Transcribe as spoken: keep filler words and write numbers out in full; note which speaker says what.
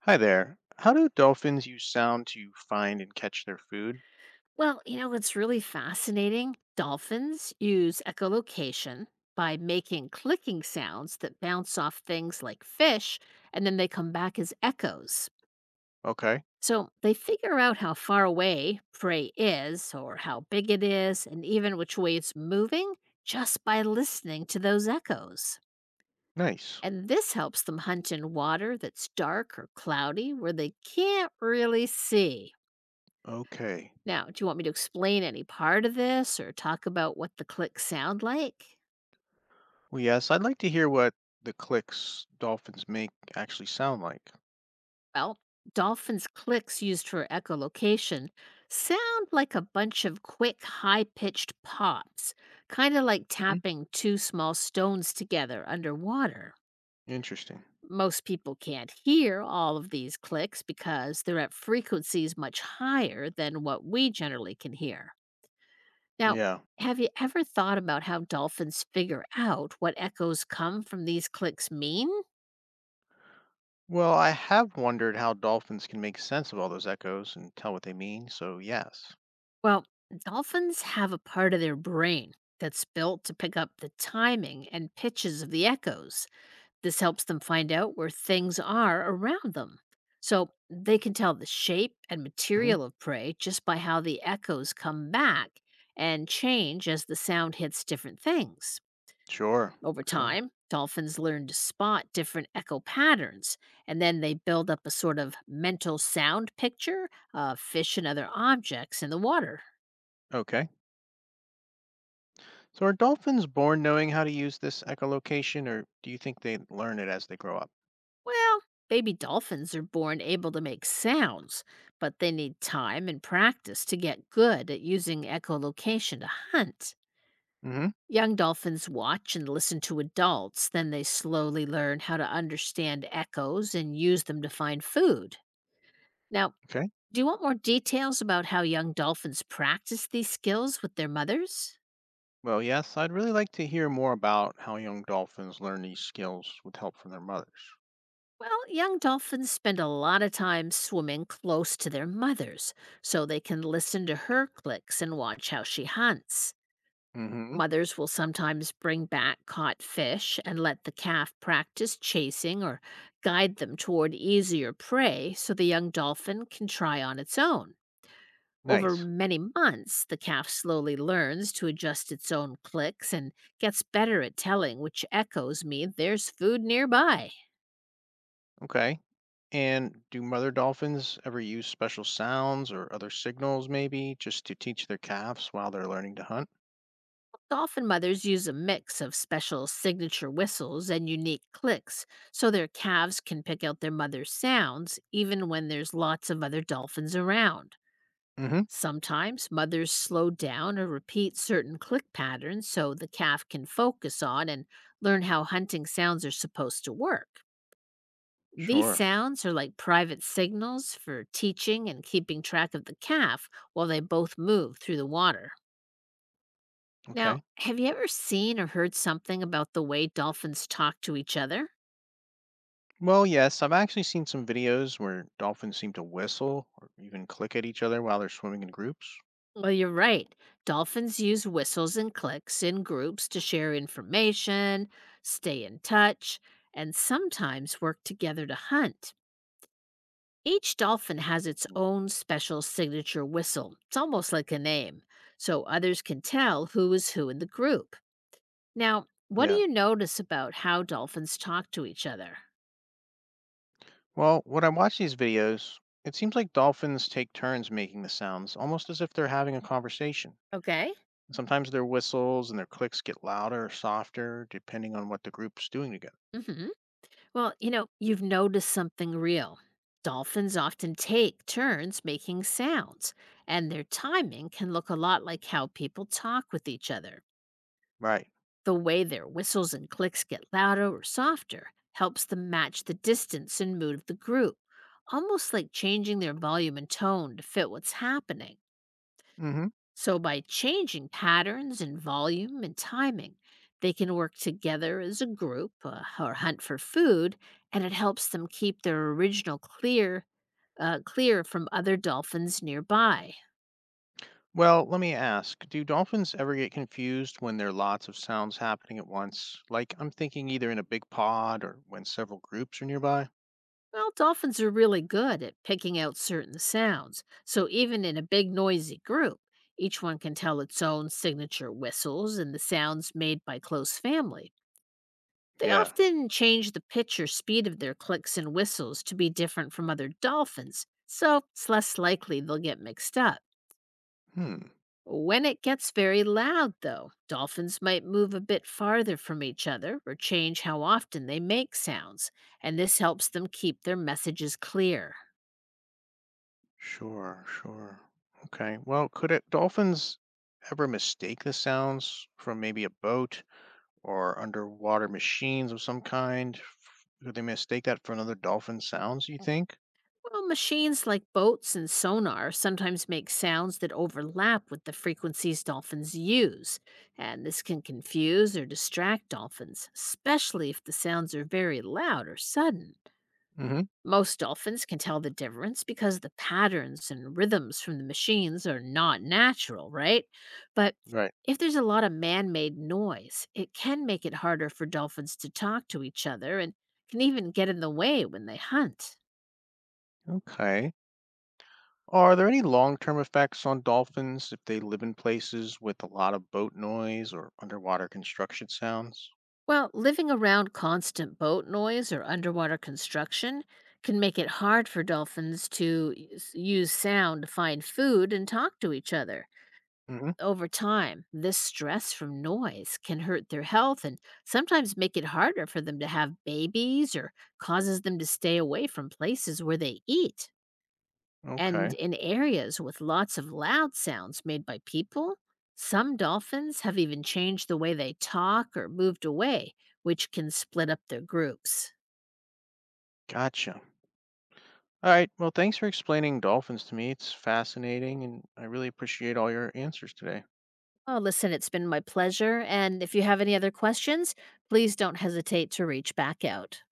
Speaker 1: Hi there. How do dolphins use sound to find and catch their food?
Speaker 2: Well, you know, it's really fascinating. Dolphins use echolocation by making clicking sounds that bounce off things like fish, and then they come back as echoes.
Speaker 1: Okay,
Speaker 2: So they figure out how far away prey is, or how big it is, and even which way it's moving just by listening to those echoes.
Speaker 1: nice.
Speaker 2: And this helps them hunt in water that's dark or cloudy where they can't really see.
Speaker 1: Okay.
Speaker 2: Now, do you want me to explain any part of this or talk about what the clicks sound like?
Speaker 1: Well, yes, I'd like to hear what the clicks dolphins make actually sound like.
Speaker 2: Well, dolphins' clicks used for echolocation sound like a bunch of quick, high pitched pops, kind of like
Speaker 1: Hmm?
Speaker 2: tapping two small stones together underwater.
Speaker 1: Interesting.
Speaker 2: Most people can't hear all of these clicks because they're at frequencies much higher than what we generally can hear. Now,
Speaker 1: Yeah.
Speaker 2: have you ever thought about how dolphins figure out what echoes come from these clicks mean?
Speaker 1: Well, I have wondered how dolphins can make sense of all those echoes and tell what they mean, so yes.
Speaker 2: Well, dolphins have a part of their brain that's built to pick up the timing and pitches of the echoes. This helps them find out where things are around them. So they can tell the shape and
Speaker 1: Hmm.
Speaker 2: material of prey just by how the echoes come back and change as the sound hits different things.
Speaker 1: Sure,
Speaker 2: Over
Speaker 1: sure.
Speaker 2: time, dolphins learn to spot different echo patterns, and then they build up a sort of mental sound picture of fish and other objects in the water.
Speaker 1: Okay. So are dolphins born knowing how to use this echolocation, or do you think they learn it as they grow up?
Speaker 2: Well, baby dolphins are born able to make sounds, but they need time and practice to get good at using echolocation to hunt.
Speaker 1: Hmm.
Speaker 2: Young dolphins watch and listen to adults, then they slowly learn how to understand echoes and use them to find food. Now,
Speaker 1: Okay.
Speaker 2: do you want more details about how young dolphins practice these skills with their mothers?
Speaker 1: Well, yes, I'd really like to hear more about how young dolphins learn these skills with help from their mothers.
Speaker 2: Well, young dolphins spend a lot of time swimming close to their mothers so they can listen to her clicks and watch how she hunts.
Speaker 1: Hmm.
Speaker 2: Mothers will sometimes bring back caught fish and let the calf practice chasing or guide them toward easier prey so the young dolphin can try on its own. Over
Speaker 1: Nice.
Speaker 2: many months, the calf slowly learns to adjust its own clicks and gets better at telling which echoes mean there's food nearby.
Speaker 1: Okay. And do mother dolphins ever use special sounds or other signals, maybe, just to teach their calves while they're learning to hunt?
Speaker 2: Dolphin mothers use a mix of special signature whistles and unique clicks so their calves can pick out their mother's sounds even when there's lots of other dolphins around.
Speaker 1: Hmm.
Speaker 2: Sometimes mothers slow down or repeat certain click patterns so the calf can focus on and learn how hunting sounds are supposed to work. These
Speaker 1: Sure.
Speaker 2: sounds are like private signals for teaching and keeping track of the calf while they both move through the water. Now,
Speaker 1: Okay.
Speaker 2: have you ever seen or heard something about the way dolphins talk to each other?
Speaker 1: Well, yes, I've actually seen some videos where dolphins seem to whistle or even click at each other while they're swimming in groups.
Speaker 2: Well, you're right. Dolphins use whistles and clicks in groups to share information, stay in touch, and sometimes work together to hunt. Each dolphin has its own special signature whistle. It's almost like a name, so others can tell who is who in the group. Now, what do
Speaker 1: Yeah.
Speaker 2: you notice about how dolphins talk to each other?
Speaker 1: Well, when I watch these videos, it seems like dolphins take turns making the sounds, almost as if they're having a conversation.
Speaker 2: Okay.
Speaker 1: Sometimes their whistles and their clicks get louder or softer, depending on what the group's doing together.
Speaker 2: Hmm. Well, you know, you've noticed something real. Dolphins often take turns making sounds, and their timing can look a lot like how people talk with each other.
Speaker 1: Right.
Speaker 2: The way their whistles and clicks get louder or softer helps them match the distance and mood of the group, almost like changing their volume and tone to fit what's happening.
Speaker 1: Mm-hmm.
Speaker 2: So, by changing patterns and volume and timing, they can work together as a group uh, or hunt for food, and it helps them keep their original clear uh, clear from other dolphins nearby.
Speaker 1: Well, let me ask, do dolphins ever get confused when there are lots of sounds happening at once? Like, I'm thinking either in a big pod or when several groups are nearby?
Speaker 2: Well, dolphins are really good at picking out certain sounds, so even in a big noisy group, each one can tell its own signature whistles and the sounds made by close family. They
Speaker 1: Yeah.
Speaker 2: often change the pitch or speed of their clicks and whistles to be different from other dolphins, so it's less likely they'll get mixed up.
Speaker 1: Hmm.
Speaker 2: When it gets very loud, though, dolphins might move a bit farther from each other or change how often they make sounds, and this helps them keep their messages clear.
Speaker 1: Sure, sure. Okay. Well, could it, dolphins ever mistake the sounds from maybe a boat or underwater machines of some kind? F- Could they mistake that for another dolphin sounds, you think?
Speaker 2: Well, machines like boats and sonar sometimes make sounds that overlap with the frequencies dolphins use, and this can confuse or distract dolphins, especially if the sounds are very loud or sudden.
Speaker 1: Hmm.
Speaker 2: Most dolphins can tell the difference because the patterns and rhythms from the machines are not natural, right? But
Speaker 1: Right.
Speaker 2: if there's a lot of man made noise, it can make it harder for dolphins to talk to each other and can even get in the way when they hunt.
Speaker 1: Okay. Are there any long-term effects on dolphins if they live in places with a lot of boat noise or underwater construction sounds?
Speaker 2: Well, living around constant boat noise or underwater construction can make it hard for dolphins to use use sound to find food and talk to each other.
Speaker 1: Hmm.
Speaker 2: Over time, this stress from noise can hurt their health and sometimes make it harder for them to have babies or causes them to stay away from places where they eat. And
Speaker 1: Okay.
Speaker 2: in areas with lots of loud sounds made by people, some dolphins have even changed the way they talk or moved away, which can split up their groups.
Speaker 1: Gotcha. All right. Well, thanks for explaining dolphins to me. It's fascinating, and I really appreciate all your answers today.
Speaker 2: Oh, listen, it's been my pleasure. And if you have any other questions, please don't hesitate to reach back out.